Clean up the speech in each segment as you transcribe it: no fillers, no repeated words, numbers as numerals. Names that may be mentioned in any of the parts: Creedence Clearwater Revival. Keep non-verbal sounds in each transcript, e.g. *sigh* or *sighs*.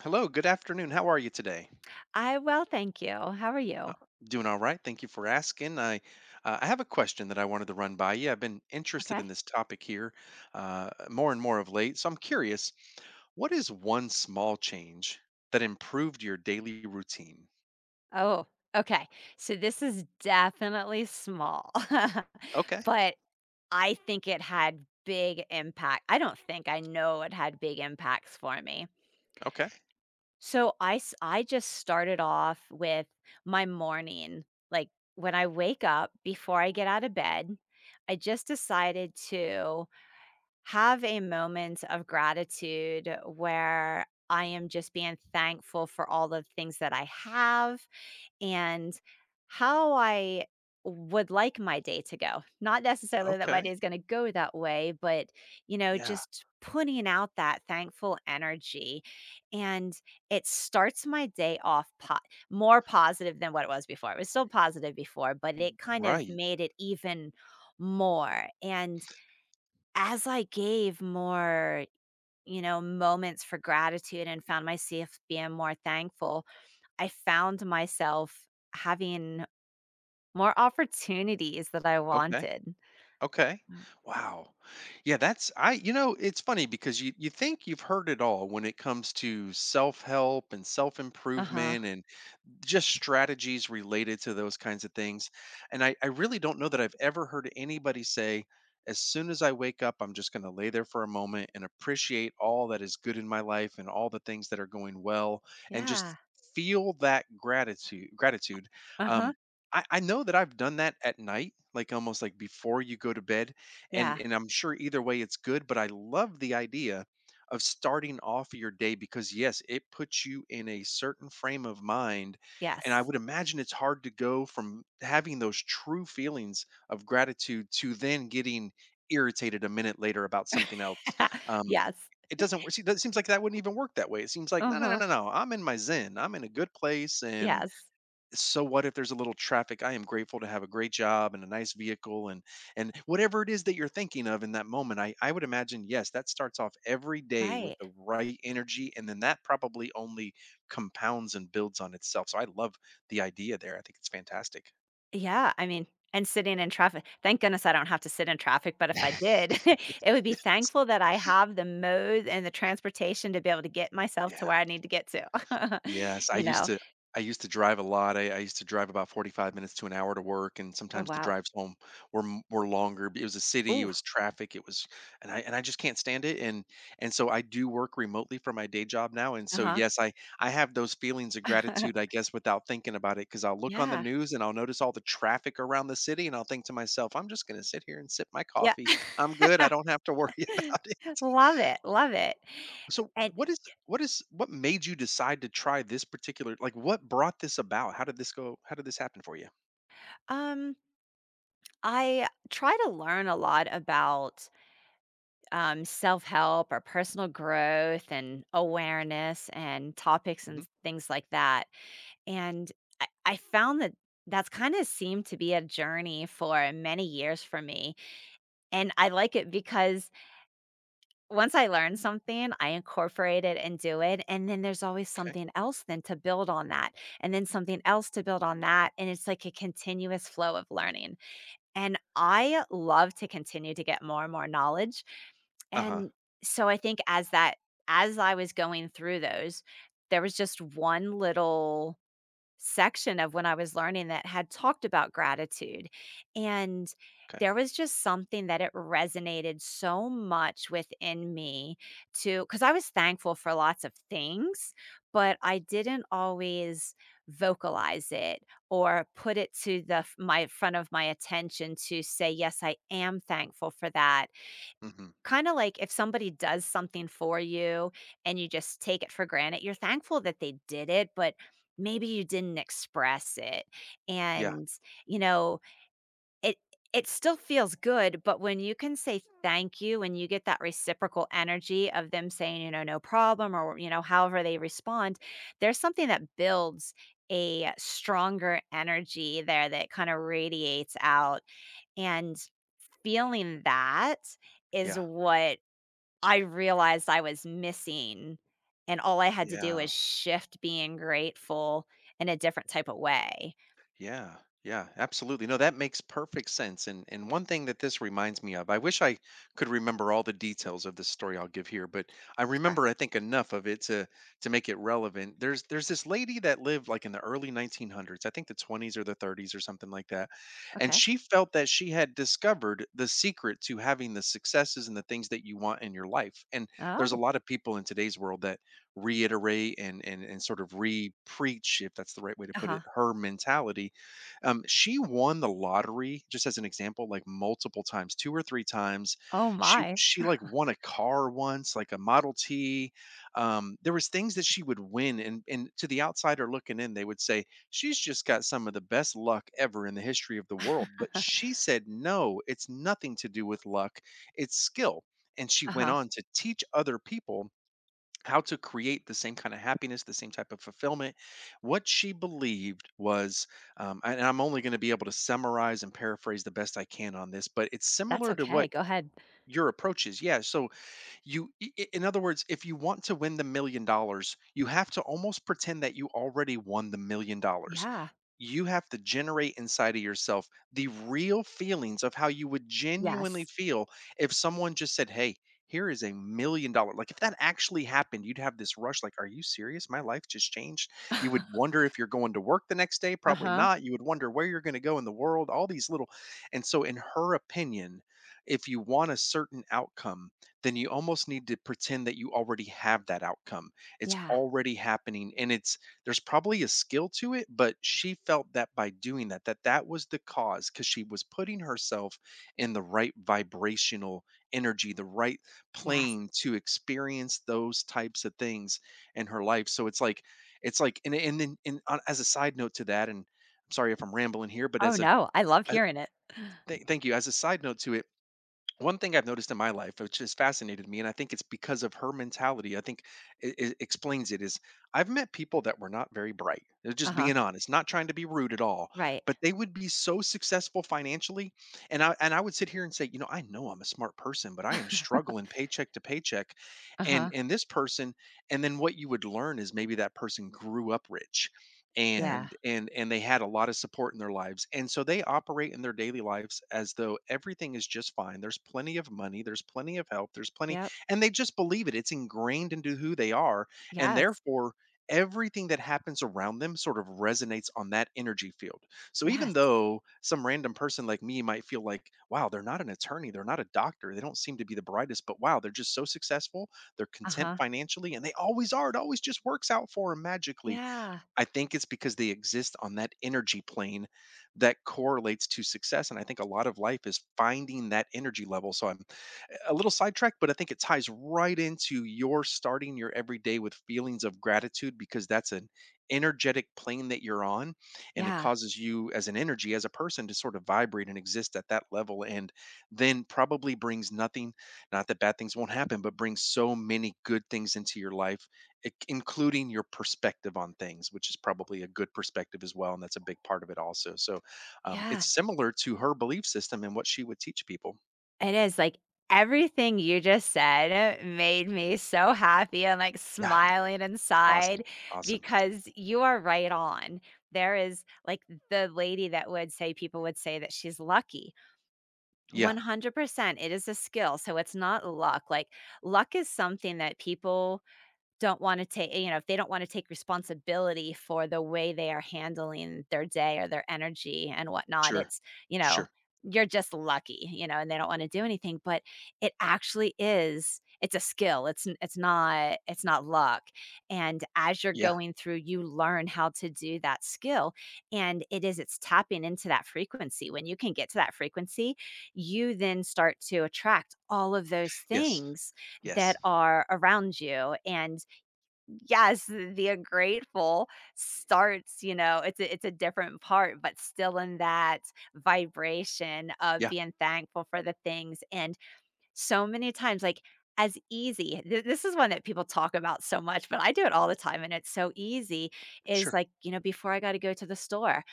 Hello, good afternoon. How are you today? I well, thank you. How are you? Doing all right. Thank you for asking. I have a question that I wanted to run by you. I've been interested Okay. in this topic here more and more of late. So I'm curious, what is one small change that improved your daily routine? Oh, okay. So this is definitely small, *laughs* Okay. but I think it had big impact. I don't think, I know it had big impacts for me. Okay. So I just started off with my morning, like when I wake up before I get out of bed, I just decided to have a moment of gratitude where I am just being thankful for all the things that I have, and how I would like my day to go. Not necessarily that my Okay. day is going to go that way, but you know, Yeah. just putting out that thankful energy, and it starts my day off more positive than what it was before. It was still positive before, but it kind of Right. made it even more. And as I gave more, you know, moments for gratitude and found myself being more thankful, I found myself having more opportunities that I Okay. wanted. Okay. Mm. Wow. Yeah, that's I you know, It's funny because you think you've heard it all when it comes to self-help and Uh-huh. self-improvement just strategies related to those kinds of things. And I really don't know that I've ever heard anybody say, as soon as I wake up, I'm just going to lay there for a moment and appreciate all that is good in my life and all the things that are going well and just Yeah. feel that gratitude. Uh-huh. um I know that I've done that at night, like almost like before you go to bed, and Yeah. and I'm sure either way it's good. But I love the idea of starting off your day because yes, it puts you in a certain frame of mind and I Yes. would imagine it's hard to go from having those true feelings of gratitude to then getting irritated a minute later about something else. *laughs* Um, Yes. it doesn't work. It seems like that wouldn't even work that way. It seems like, no, no, no, Uh-huh. no, no. I'm in my zen. I'm in a good place. And Yes. so what if there's a little traffic? I am grateful to have a great job and a nice vehicle, and whatever it is that you're thinking of in that moment, I would imagine yes, that starts off every day with Right. the right energy, and then that probably only compounds and builds on itself. So I love the idea there. I think it's fantastic. Yeah, I mean, and sitting in traffic, thank goodness I don't have to sit in traffic, but if I did, *laughs* it would be *laughs* thankful that I have the mode and the transportation to be able to get myself to Yeah. where I need to get to. *laughs* Yes, You know? I used to drive a lot. I used to drive about 45 minutes to an hour to work, and Oh, sometimes the wow. drives home were longer. It was a city, it Ooh, was traffic, it was, and I just can't stand it. And so I do work remotely for my day job now. And so uh-huh. yes, I have those feelings of gratitude, I *laughs* guess, without thinking about it, because I'll look on the Yeah, news and I'll notice all the traffic around the city, and I'll think to myself, I'm just gonna sit here and sip my yeah. coffee. I'm *laughs* good. I don't have to worry *laughs* about it. Love it, love it. So And, what is what made you decide to try this particular, like what brought this about? How did this go? How did this happen for you? um, I try to learn a lot about, self-help or personal growth and awareness and topics hmm and things like that. And I found that that's kind of seemed to be a journey for many years for me. And I like it because once I learn something, I incorporate it and do it. And then there's always Okay. something else then to build on that, and then something else to build on that. And it's like a continuous flow of learning. And I love to continue to get more and more knowledge. Uh huh. And so I think as that, as I was going through those, there was just one little section of when I was learning that had talked about gratitude. And Okay. there was just something that it resonated so much within me, to because I was thankful for lots of things, but I didn't always vocalize it or put it to the my front of my attention to say yes, I am thankful for that. hmm Kinda like if somebody does something for you and you just take it for granted, you're thankful that they did it, but maybe you didn't express it. Yeah. And, you know, it it still feels good, but when you can say thank you and you get that reciprocal energy of them saying, you know, "No problem," or, you know, however they respond, there's something that builds a stronger energy there that kinda radiates out, and feeling that is Yeah. what I realized I was missing, and all I had to do Yeah. was shift being grateful in a different type of way. Yeah, yeah, absolutely. No, that makes perfect sense. And one thing that this reminds me of, I wish I could remember all the details of this story I'll give here, but I Sure. remember I think enough of it to make it relevant. There's this lady that lived like in the early 1900s, I think the 20s or the 30s or something like that, and Okay. she felt that she had discovered the secret to having the successes and the things that you want in your life. And there's a Oh. lot of people in today's world that reiterate and sort of re-preach, if that's the right way to put it, Uh-huh. her mentality. She won the lottery, just as an example, like multiple times, two or three times. Oh She my. she like won a car once, like a Model T. There was things that she would win, and to the outsider looking in, they would say she's just got some of the best luck ever in the history of the world. But *laughs* she said no, it's nothing to do with luck, it's skill. And she went Uh-huh. on to teach other people how to create the same kind of happiness, the same type of fulfillment. What she believed was, and I'm only going to be able to summarize and paraphrase the best I can on this, but it's That's similar to what okay. Go ahead. your approach is. Yeah. So in other words, if you want to win the $1 million, you have to almost pretend that you already won the $1 million. Yeah. You have to generate inside of yourself the real feelings of how you would genuinely Yes. feel if someone just said, "Hey, here is a $1 million." Like if that actually happened, you'd have this rush like, "Are you serious? My life just changed." You would *laughs* wonder if you're going to work the next day, probably Uh-huh. not. You would wonder where you're going to go in the world, all these little. And so in her opinion, if you want a certain outcome, then you almost need to pretend that you already have that outcome. It's Yeah. already happening and it's there's probably a skill to it, but she felt that by doing that, that that was the cause because she was putting herself in the right vibrational energy, the right Yes. plane to experience those types of things in her life. So it's like, and then and on, as a side note to that, and I'm sorry if I'm rambling here, but Oh as no. I love a hearing it. *gasps* *sighs* Thank you. As a side note to it, one thing I've noticed in my life, which has fascinated me, and I think it's because of her mentality, I think it explains it, is I've met people that were not very bright. They're just Uh-huh. being honest, not trying to be rude at all, Right. but they would be so successful financially. And I would sit here and say, you know, I know I'm a smart person, but I am *laughs* struggling paycheck to paycheck. And Uh-huh. and this person, and then what you would learn is maybe that person grew up rich Yeah. and they had a lot of support in their lives, and so they operate in their daily lives as though everything is just fine. There's plenty of money, there's plenty of help, there's plenty, Yep. and they just believe it. It's ingrained into who they are, and Yes. therefore everything that happens around them sort of resonates on that energy field. So even Yes. though some random person like me might feel like, wow, they're not an attorney, they're not a doctor, they don't seem to be the brightest, but wow, they're just so successful. They're content Uh-huh. financially and they always are. It always just works out for them magically. Yeah. I think it's because they exist on that energy plane that correlates to success, and I think a lot of life is finding that energy level. So I'm a little sidetracked, but I think it ties right into your starting your every day with feelings of gratitude, because that's an energetic plane that you're on, and it Yeah. causes you as an energy, as a person to sort of vibrate and exist at that level, and then probably brings nothing, not that bad things won't happen, but brings so many good things into your life, including your perspective on things, which is probably a good perspective as well, and that's a big part of it also. So Yeah. It's Yeah. similar to her belief system and what she would teach people. It is, like, everything you just said made me so happy and, like, Yeah, smiling awesome, inside awesome. because you are right on. There is like, the lady that would say, people would say that she's lucky. Yeah, 100%, it is a skill, so it's not luck, like, luck is something that people don't wanna take, you know, if they don't wanna take responsibility for the way they are handling their day or their energy and whatnot, sure, it's, you know, sure. you're just lucky, you know, and they don't wanna do anything, but it actually is, it's a skill, it's not luck, and as you're Yeah, going through, you learn how to do that skill, and it is, it's tapping into that frequency. When you can get to that frequency, you then start to attract all of those yes, things that yes. are around you, and yes, the grateful starts, you know, it's a, it's a different part, but still in that vibration of Yeah, being thankful for the things, and so many times, like, as easy, th this is one that people talk about so much, but I do it all the time, and it's so easy, is sure. like, you know, before I gotta go to the store,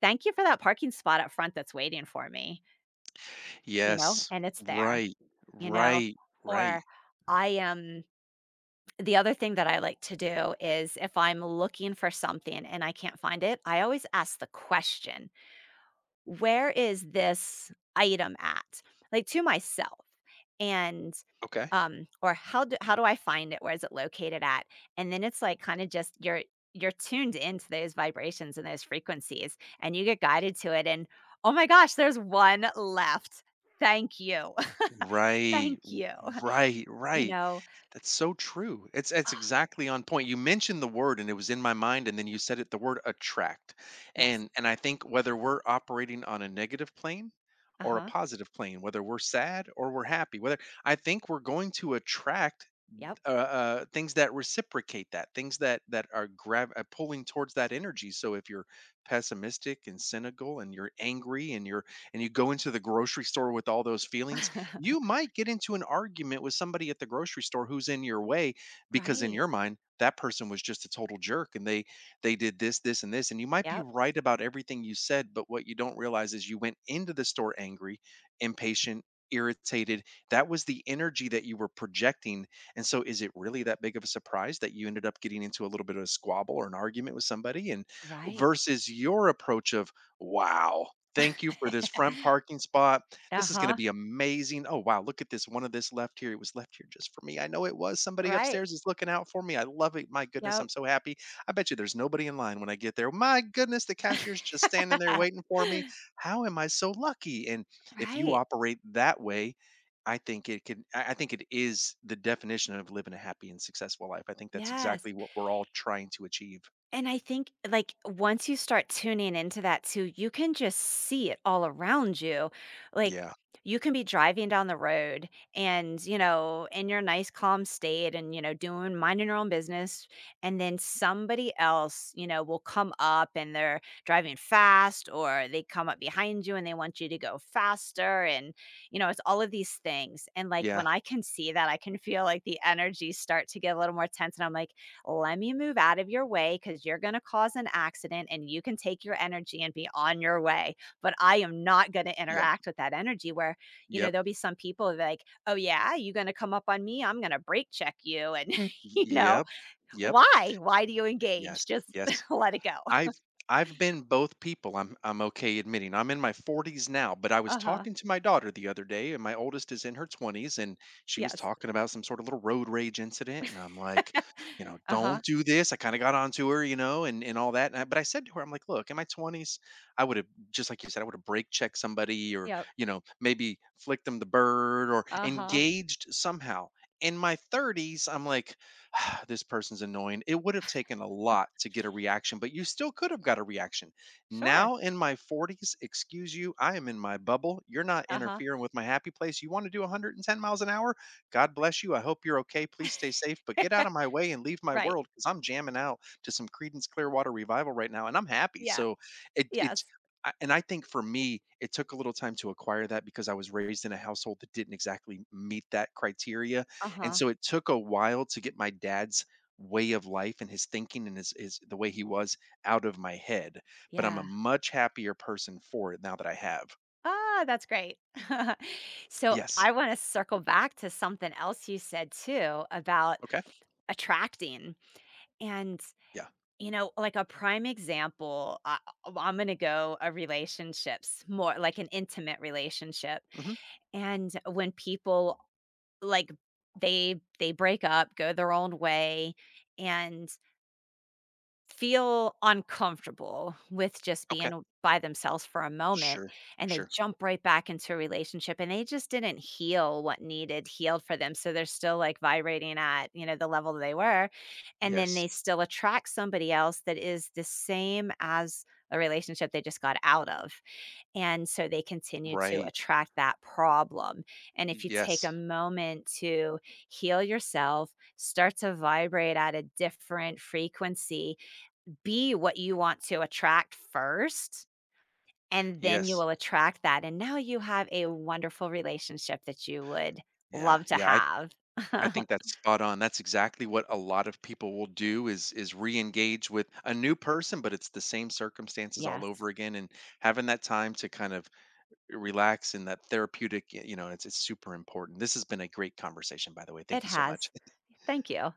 "Thank you for that parking spot up front that's waiting for me," you know, Yes, and it's there, right, you know? right, right. Or I am, the other thing that I like to do is if I'm looking for something and I can't find it, I always ask the question, "Where is this item at?" Like, to myself, and, Okay. Or, "How do I find it? Where is it located at?" And then it's, like, kinda just you're tuned into those vibrations and those frequencies, and you get guided to it, and, "Oh my gosh, there's one left. Thank you. *laughs* Right, Thank you." *laughs* right, You right. know? That's so true. It's Ah, exactly on point. You mentioned the word and it was in my mind and then you said it, the word attract. yes. And I think whether we're operating on a negative plane or a Uh-huh. positive plane, whether we're sad or we're happy, whether I think we're going to attract Yep. Things that reciprocate that, things that that are grab pulling towards that energy. So if you're pessimistic and cynical, and you're angry, and you're and you go into the grocery store with all those feelings, *laughs* you might get into an argument with somebody at the grocery store who's in your way because in Right. your mind that person was just a total jerk and they did this, this, and this, and you might be Yep. right about everything you said, but what you don't realize is you went into the store angry, impatient, irritated. That was the energy that you were projecting, and so, is it really that big of a surprise that you ended up getting into a little bit of a squabble or an argument with somebody? And Right. versus your approach of, wow, thank you for this front *laughs* parking spot. This is going to Uh-huh. be amazing. Oh, wow, look at this. One of this left here. It was left here just for me. I know it was. Somebody Right. upstairs is looking out for me. I love it. My goodness, I'm Yep. so happy. I bet you there's nobody in line when I get there. My goodness, the cashier's just standing there waiting *laughs* for me. How am I so lucky? And if you Right. operate that way, I think it is the definition of living a happy and successful life. I think that's Yes. exactly what we're all trying to achieve. And I think, like, once you start tuning into that too, you can just see it all around you. Like, Yeah. you can be driving down the road and, you know, in your nice calm state and, you know, doing, minding your own business. And then somebody else, you know, will come up and they're driving fast, or they come up behind you and they want you to go faster. And, you know, it's all of these things. And like when Yeah. I can see that, I can feel like the energy start to get a little more tense. And I'm like, let me move out of your way because you're going to cause an accident and you can take your energy and be on your way. But I am not going to Yep. interact with that energy where, you know, Yep. there'll be some people like, oh, yeah, you're going to come up on me, I'm going to brake check you. And, *laughs* you know, Yep. Yep. why? Why do you Yes. engage? Just Yes. *laughs* let it go. I've I've been both people, I'm okay admitting. I'm in my 40s now, but I was Uh huh. talking to my daughter the other day, and my oldest is in her 20s, and she was Yes. talking about some sort of little road rage incident, and I'm like, *laughs* you know, Uh huh. "Don't do this." I kinda got onto her, you know, and all that, and I but I said to her, I'm like, "Look, in my 20s, I would've just like you said, I would've brake checked somebody or, Yep. you know, maybe flicked them the bird or Uh huh. engaged somehow." In my 30s, I'm like, *sighs* this person's annoying. It would have taken a lot to get a reaction, but you still could have got a reaction. Sure. Now in my 40s, excuse you, I am in my bubble. You're not Uh huh. interfering with my happy place. You want to do 110 miles an hour? God bless you. I hope you're okay. Please stay safe, but get out of *laughs* my way and leave my Right. world because I'm jamming out to some Creedence Clearwater Revival right now and I'm happy. Yeah. So it, it's, Yes. And I think for me, it took a little time to acquire that because I was raised in a household that didn't exactly meet that criteria, Uh and huh. so it took a while to get my dad's way of life and his thinking and his the way he was out of my head. But I'm a Yeah. much happier person for it now that I have. Ah, that's great. *laughs* So Yes. I want to circle back to something else you said too about Okay. attracting. And, Yeah. you know, like a prime example, I, I'm going to go a relationships, more like an intimate relationship. hmm And when people like they break up, go their own way, and feel uncomfortable with just Okay. being by themselves for a moment Sure. and they Sure. jump right back into a relationship, and they just didn't heal what needed healed for them, so they're still like vibrating at, you know, the level that they were, and then Yes. they still attract somebody else that is the same as a relationship they just got out of, and so they continue to Right. attract that problem. And if you take a Yes. moment to heal yourself, start to vibrate at a different frequency, be what you want to attract first, and then you Yes. will attract that. And now you have a wonderful relationship that you would Yeah. love to Yeah. Have. I *laughs* think that's spot on. That's exactly what a lot of people will do is re-engage with a new person, but it's the same circumstances all Yes, over again. And having that time to kind of relax and that therapeutic, you know, it's super important. This has been a great conversation, by the way. it Thank you so much. has. Thank you.